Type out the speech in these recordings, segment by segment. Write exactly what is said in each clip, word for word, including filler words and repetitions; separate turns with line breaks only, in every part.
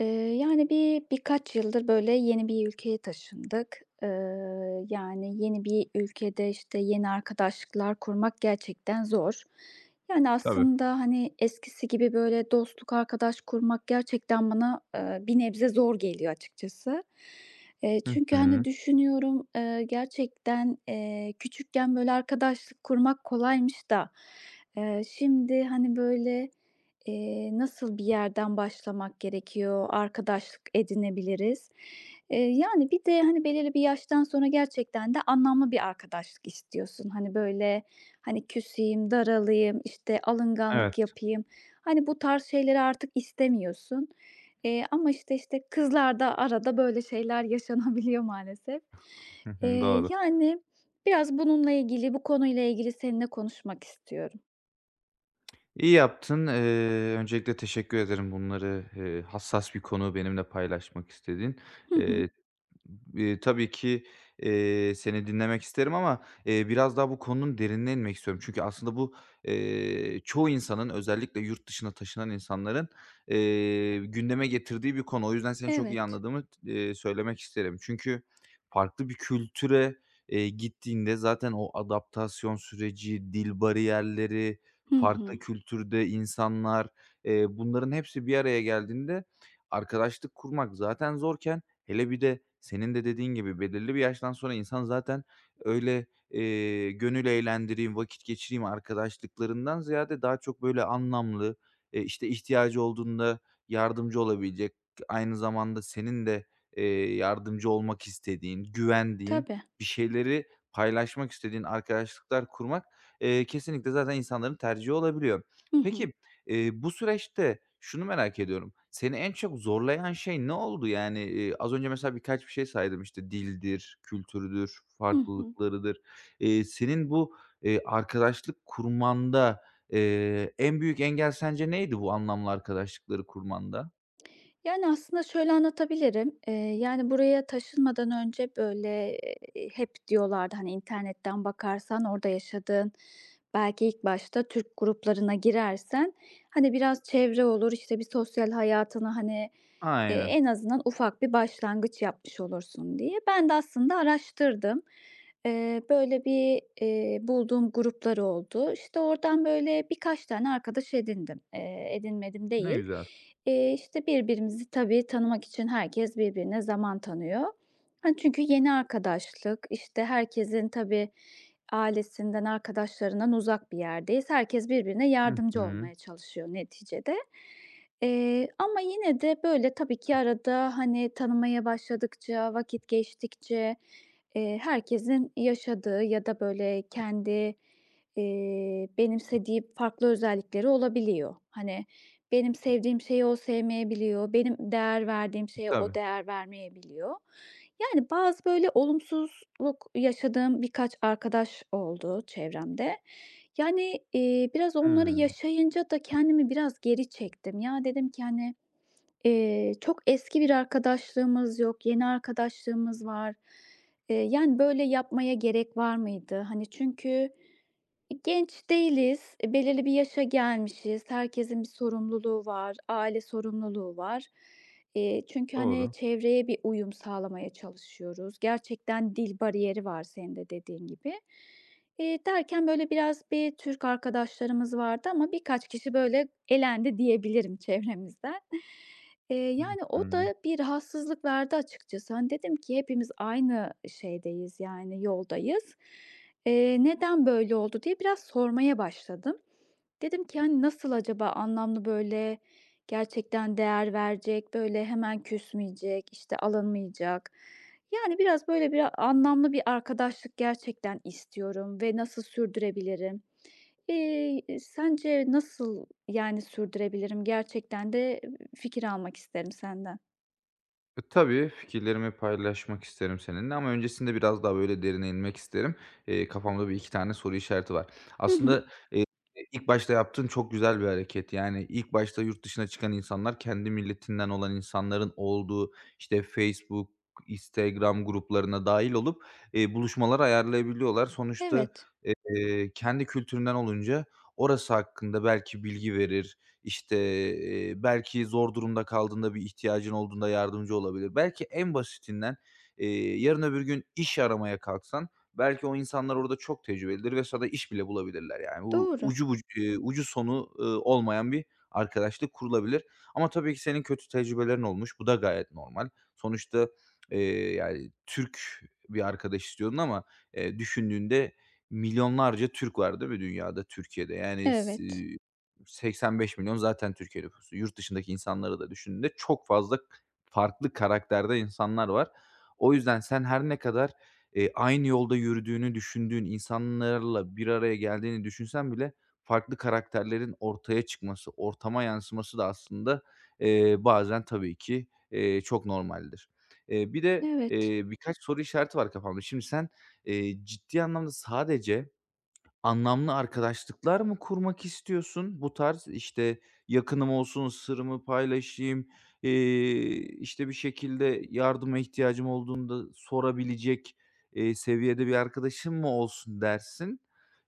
Eee, Yani, bir birkaç yıldır, böyle, yeni bir ülkeye taşındık. Eee, yani, yeni bir ülkede, işte, yeni arkadaşlıklar kurmak gerçekten zor. Yani,
Tabii.
aslında, hani, eskisi gibi, böyle, dostluk, arkadaş kurmak gerçekten bana, eee, bir nebze zor geliyor açıkçası. Eee,
Hı
çünkü, hani,
hı.
düşünüyorum, eee, gerçekten, eee, küçükken, böyle, arkadaşlık kurmak kolaymış da, eee, şimdi, hani, böyle, Eee, nasıl bir yerden başlamak gerekiyor? Arkadaşlık edinebiliriz. Eee, yani bir de, hani, belirli bir yaştan sonra gerçekten de anlamlı bir arkadaşlık istiyorsun. Hani, böyle, hani, küseyim, daralayım, işte, alınganlık
Evet.
yapayım, hani, bu tarz şeyleri artık istemiyorsun. Eee, ama, işte işte, kızlarda arada böyle şeyler yaşanabiliyor maalesef.
Hı hı,
Eee,
doğru.
yani, biraz bununla ilgili, bu konuyla ilgili seninle konuşmak istiyorum.
İyi yaptın. Eee, öncelikle teşekkür ederim bunları, eee, hassas bir konu benimle paylaşmak istediğin.
Hı hı.
Eee Eee, tabii ki, eee, seni dinlemek isterim ama, eee, biraz daha bu konunun derinine inmek istiyorum. Çünkü aslında bu, eee, çoğu insanın özellikle yurt dışına taşınan insanların, eee, gündeme getirdiği bir konu. O yüzden seni çok iyi
Evet.
anladığımı eee, söylemek isterim. Çünkü farklı bir kültüre, eee, gittiğinde zaten o adaptasyon süreci, dil bariyerleri,
Hı hı.
farklı kültürde insanlar, eee, bunların hepsi bir araya geldiğinde arkadaşlık kurmak zaten zorken, hele bir de senin de dediğin gibi belirli bir yaştan sonra insan zaten öyle, eee, gönül eğlendireyim, vakit geçireyim arkadaşlıklarından ziyade daha çok böyle anlamlı, eee, işte, ihtiyacı olduğunda yardımcı olabilecek, aynı zamanda senin de, eee, yardımcı olmak istediğin, güvendiğin,
Tabii.
bir şeyleri paylaşmak istediğin arkadaşlıklar kurmak, eee, kesinlikle zaten insanların tercihi olabiliyor.
Hı hı.
Peki, Eee, bu süreçte şunu merak ediyorum, seni en çok zorlayan şey ne oldu? Yani, eee, az önce mesela birkaç bir şey saydım, işte, dildir, kültürdür,
Hı hı.
farklılıklarıdır. Eee, senin bu, eee, arkadaşlık kurmanda, eee, en büyük engel sence neydi bu anlamlı arkadaşlıkları kurmanda?
Yani, aslında şöyle anlatabilirim. Eee, yani, buraya taşınmadan önce, böyle, eee, hep diyorlardı, hani, internetten bakarsan orada yaşadığın, belki ilk başta Türk gruplarına girersen, hani, biraz çevre olur, işte, bir sosyal hayatına, hani, eee,
Aynen,
en azından ufak bir başlangıç yapmış olursun diye. Ben de aslında araştırdım. Eee, böyle bir, eee, bulduğum gruplar oldu. İşte, oradan, böyle, birkaç tane arkadaş edindim. Eee, edinmedim
ne
değil.
güzel.
Eee, işte, birbirimizi tabii tanımak için herkes birbirine zaman tanıyor. Hani, çünkü yeni arkadaşlık, işte, herkesin tabii ailesinden, arkadaşlarından uzak bir yerdeyiz. Herkes birbirine
Hı
yardımcı
hı.
olmaya çalışıyor neticede. Eee, ama yine de, böyle, tabii ki arada, hani, tanımaya başladıkça, vakit geçtikçe, eee, herkesin yaşadığı ya da, böyle, kendi, eee, benimsediği farklı özellikleri olabiliyor. Hani, benim sevdiğim şeyi o sevmeyebiliyor, benim değer verdiğim şeye o
Tabii.
değer vermeyebiliyor. Yani, bazı böyle olumsuzluk yaşadığım birkaç arkadaş oldu çevremde. Yani, eee, biraz onları
Hımm,
yaşayınca da kendimi biraz geri çektim. Ya, dedim ki, hani, eee, çok eski bir arkadaşlığımız yok, yeni arkadaşlığımız var. Eee, yani, böyle yapmaya gerek var mıydı? Hani, çünkü genç değiliz, e, belirli bir yaşa gelmişiz. Herkesin bir sorumluluğu var, aile sorumluluğu var. Eee, çünkü, hani,
doğru.
çevreye bir uyum sağlamaya çalışıyoruz. Gerçekten dil bariyeri var senin de dediğin gibi. Eee, derken böyle biraz bir Türk arkadaşlarımız vardı ama birkaç kişi böyle elendi diyebilirim çevremizden. Eee,
Hı
yani o
hı.
da bir rahatsızlık verdi açıkçası. Hani, dedim ki hepimiz aynı şeydeyiz, yani yoldayız. Eee, "Neden böyle oldu?" diye biraz sormaya başladım. Dedim ki, hani, nasıl acaba anlamlı, böyle, gerçekten değer verecek, böyle, hemen küsmeyecek, işte, alınmayacak. Yani, biraz, böyle, bir anlamlı bir arkadaşlık gerçekten istiyorum ve nasıl sürdürebilirim? Eee, sence nasıl, yani, sürdürebilirim? Gerçekten de fikir almak isterim senden.
E, tabii, fikirlerimi paylaşmak isterim seninle ama öncesinde biraz daha, böyle, derine inmek isterim. Eee, kafamda bir iki tane soru işareti var.
Hı hı.
Aslında, eee, ilk başta yaptığın çok güzel bir hareket. Yani, ilk başta yurt dışına çıkan insanlar kendi milletinden olan insanların olduğu, işte, Facebook, Instagram gruplarına dahil olup, eee, buluşmalar ayarlayabiliyorlar. Sonuçta,
Evet.
eee, kendi kültüründen olunca orası hakkında belki bilgi verir, işte, eee, belki zor durumda kaldığında, bir ihtiyacın olduğunda yardımcı olabilir. Belki en basitinden, eee, yarın öbür gün iş aramaya kalksan belki o insanlar orada çok tecrübelidir ve sana iş bile bulabilirler yani. Bu
Doğru.
ucu buc eee, ucu sonu, ııı, olmayan bir arkadaşlık kurulabilir ama tabii ki senin kötü tecrübelerin olmuş. Bu da gayet normal. Sonuçta, eee, yani Türk bir arkadaş istiyordun ama, eee, düşündüğünde milyonlarca Türk var değil mi dünyada, Türkiye'de? Yani s
Evet.
seksen beş milyon zaten Türkiye nüfusu. Yurt dışındaki insanları da düşündüğünde çok fazla farklı karakterde insanlar var. O yüzden sen her ne kadar, eee, aynı yolda yürüdüğünü düşündüğün insanlarla bir araya geldiğini düşünsen bile farklı karakterlerin ortaya çıkması, ortama yansıması da aslında, eee, bazen tabii ki, eee, çok normaldir. Eee, bir de,
Evet.
eee, birkaç soru işareti var kafamda. Şimdi sen, eee, ciddi anlamda sadece anlamlı arkadaşlıklar mı kurmak istiyorsun? Bu tarz, işte, yakınım olsun, sırrımı paylaşayım, eee, işte, bir şekilde yardıma ihtiyacım olduğunda sorabilecek, eee, seviyede bir arkadaşım mı olsun dersin?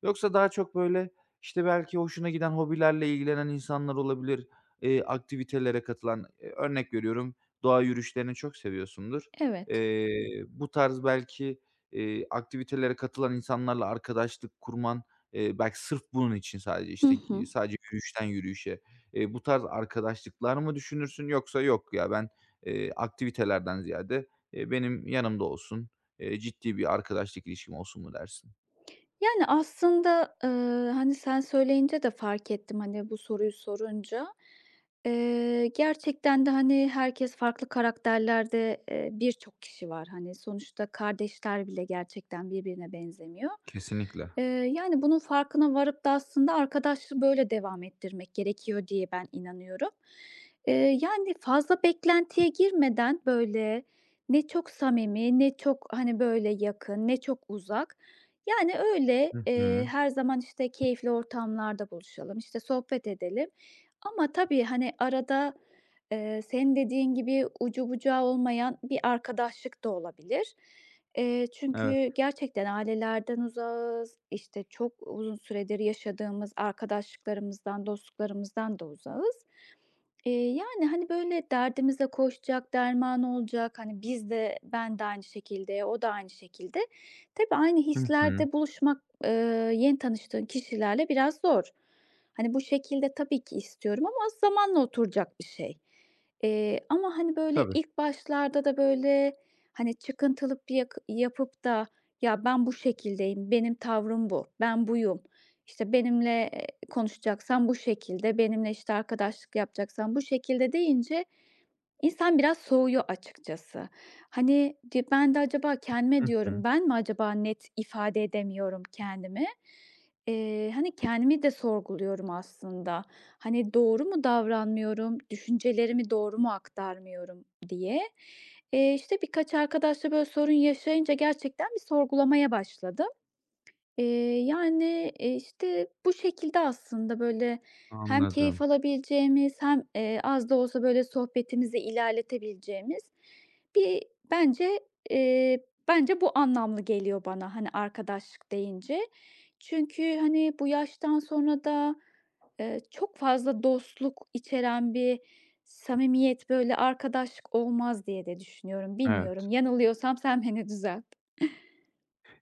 Yoksa daha çok, böyle, işte, belki hoşuna giden hobilerle ilgilenen insanlar olabilir, eee, aktivitelere katılan, eee, örnek veriyorum, doğa yürüyüşlerini çok seviyorsundur.
Evet.
Eee, bu tarz belki, eee, aktivitelere katılan insanlarla arkadaşlık kurman. Eee, belki sırf bunun için sadece,
Hı
işte,
hı.
gi sadece yürüyüşten yürüyüşe, eee, bu tarz arkadaşlıklar mı düşünürsün yoksa yok ya ben, eee, aktivitelerden ziyade, eee, benim yanımda olsun, eee, ciddi bir arkadaşlık ilişkim olsun mu dersin?
Yani, aslında, ııı, hani, sen söyleyince de fark ettim, hani, bu soruyu sorunca. Eee, gerçekten de, hani, herkes farklı karakterlerde, eee, birçok kişi var. Hani, sonuçta kardeşler bile gerçekten birbirine benzemiyor.
Kesinlikle.
Eee, yani, Bunun farkına varıp da aslında arkadaşlığı böyle devam ettirmek gerekiyor diye ben inanıyorum. Eee, yani, fazla beklentiye girmeden, böyle, ne çok samimi, ne çok, hani, böyle, yakın, ne çok uzak, yani, öyle,
Hı
eee,
hı.
her zaman, işte, keyifli ortamlarda buluşalım, işte, sohbet edelim ama tabii, hani, arada, eee, senin dediğin gibi ucu bucağı olmayan bir arkadaşlık da olabilir. Eee,
Evet.
çünkü gerçekten ailelerden uzağız, işte, çok uzun süredir yaşadığımız arkadaşlıklarımızdan, dostluklarımızdan da uzağız. Eee, yani, hani, böyle, derdimize koşacak, derman olacak, hani, biz de ben de aynı şekilde, o da aynı şekilde. Tabii aynı
Hı hı.
hislerde buluşmak, eee, yeni tanıştığın kişilerle biraz zor. Hani, bu şekilde tabii ki istiyorum ama zamanla oturacak bir şey. Eee, ama, hani, böyle,
Tabii.
ilk başlarda da, böyle, hani, çıkıntılık bir yak yapıp da "Ya, ben bu şekildeyim, benim tavrım bu, ben buyum." İşte, benimle, eee, konuşacaksan bu şekilde, benimle, işte, arkadaşlık yapacaksan bu şekilde deyince insan biraz soğuyor açıkçası. Hani, di ben de acaba kendime
Hı
diyorum,
hı.
ben mi acaba net ifade edemiyorum kendimi? Eee, hani, kendimi de sorguluyorum aslında. Hani, doğru mu davranmıyorum, düşüncelerimi doğru mu aktarmıyorum diye. Eee, işte, birkaç arkadaşla böyle sorun yaşayınca gerçekten bir sorgulamaya başladım. Eee, yani, eee, işte, bu şekilde aslında, böyle, hem keyif
Anladım.
alabileceğimiz hem, eee, az da olsa, böyle, sohbetimizi ilerletebileceğimiz bir bence, eee, bence bu anlamlı geliyor bana, hani, arkadaşlık deyince. Çünkü, hani, bu yaştan sonra da, eee, çok fazla dostluk içeren bir samimiyet, böyle, arkadaşlık olmaz diye de düşünüyorum.
Evet.
Bilmiyorum, yanılıyorsam sen beni düzelt.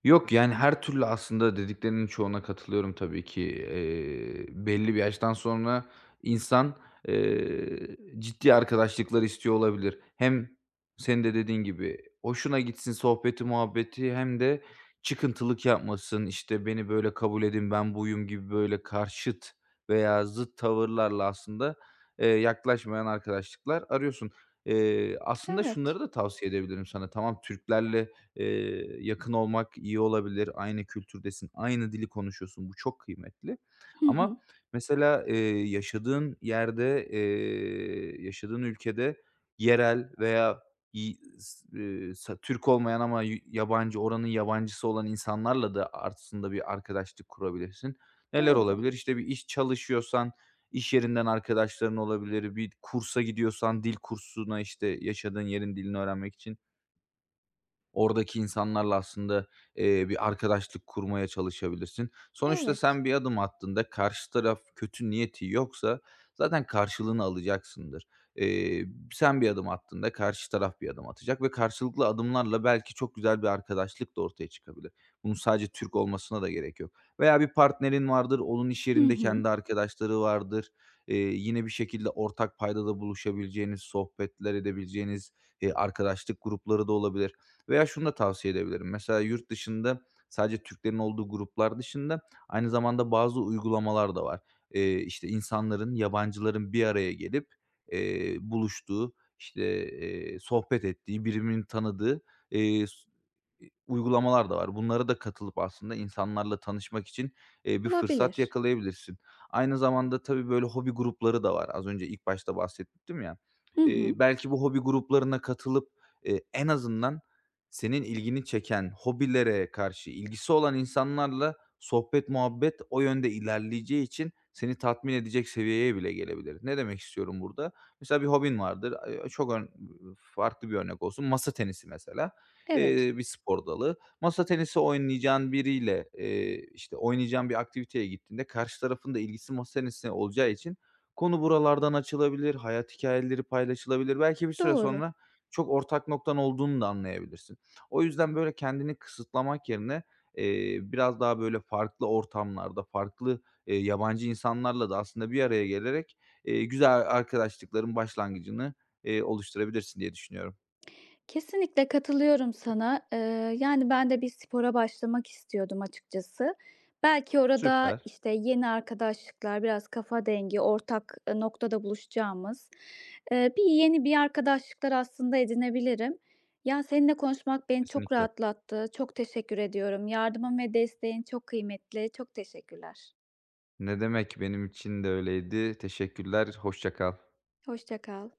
Yok, yani, her türlü aslında dediklerinin çoğuna katılıyorum tabii ki. Eee, belli bir yaştan sonra insan, eee, ciddi arkadaşlıklar istiyor olabilir. Hem senin de dediğin gibi hoşuna gitsin sohbeti muhabbeti hem de çıkıntılık yapmasın, işte, "Beni böyle kabul edin, ben buyum." gibi böyle karşıt veya zıt tavırlarla aslında, eee, yaklaşmayan arkadaşlıklar arıyorsun. Eee, aslında
Evet.
şunları da tavsiye edebilirim sana. Tamam, Türklerle Eee, yakın olmak iyi olabilir. Aynı kültürdesin, aynı dili konuşuyorsun. Bu çok kıymetli.
Hı hı.
Ama mesela, eee, yaşadığın yerde, eee, yaşadığın ülkede yerel veya yi s eee, sa Türk olmayan ama y yabancı, oranın yabancısı olan insanlarla da aslında bir arkadaşlık kurabilirsin. Neler
Doğru.
olabilir? İşte, bir iş çalışıyorsan iş yerinden arkadaşların olabilir. Bir kursa gidiyorsan dil kursuna, işte, yaşadığın yerin dilini öğrenmek için oradaki insanlarla aslında, eee, bir arkadaşlık kurmaya çalışabilirsin. Sonuçta
Evet.
sen bir adım attığında karşı taraf kötü niyeti yoksa zaten karşılığını alacaksındır. Eee, Sen bir adım attığında karşı taraf bir adım atacak ve karşılıklı adımlarla belki çok güzel bir arkadaşlık da ortaya çıkabilir. Bunun sadece Türk olmasına da gerek yok. Veya bir partnerin vardır, onun iş
Hı
yerinde
hı.
kendi arkadaşları vardır. Eee, yine bir şekilde ortak paydada buluşabileceğiniz, sohbetler edebileceğiniz, eee, arkadaşlık grupları da olabilir. Veya şunu da tavsiye edebilirim. Mesela yurt dışında sadece Türklerin olduğu gruplar dışında aynı zamanda bazı uygulamalar da var. Eee, işte, insanların, yabancıların bir araya gelip, eee, buluştuğu, işte, eee, sohbet ettiği, birbirini tanıdığı, eee, uygulamalar da var. Bunlara da katılıp aslında insanlarla tanışmak için, eee, bir fırsat
Olabilir.
yakalayabilirsin. Aynı zamanda tabii, böyle, hobi grupları da var. Az önce ilk başta bahsettim ya.
Hı
Eee,
hı.
belki bu hobi gruplarına katılıp, eee, en azından senin ilgini çeken, hobilere karşı ilgisi olan insanlarla sohbet, muhabbet o yönde ilerleyeceği için seni tatmin edecek seviyeye bile gelebilir. Ne demek istiyorum burada? Mesela bir hobin vardır. Eee, çok ön Farklı bir örnek olsun. Masa tenisi mesela
Evet,
eee, bir spor dalı. Masa tenisi oynayacağın biriyle, eee, işte, oynayacağın bir aktiviteye gittiğinde karşı tarafın da ilgisi masa tenisine olacağı için konu buralardan açılabilir, hayat hikâyeleri paylaşılabilir. Belki bir süre
doğru.
sonra çok ortak noktan olduğunu da anlayabilirsin. O yüzden, böyle, kendini kısıtlamak yerine, eee, biraz daha, böyle, farklı ortamlarda, farklı, eee, yabancı insanlarla da aslında bir araya gelerek, eee, güzel arkadaşlıkların başlangıcını, eee, oluşturabilirsin diye düşünüyorum.
Kesinlikle katılıyorum sana. Eee, yani ben de bir spora başlamak istiyordum açıkçası. Belki orada,
Süper,
işte, yeni arkadaşlıklar, biraz kafa dengi, ortak, eee, noktada buluşacağımız, eee, bir yeni bir arkadaşlıklar aslında edinebilirim. Ya, seninle konuşmak beni çok
kesinlikle.
rahatlattı. Çok teşekkür ediyorum. Yardımın ve desteğin çok kıymetli. Çok teşekkürler.
Ne demek, benim için de öyleydi. Teşekkürler, hoşça kal.
Hoşça kal.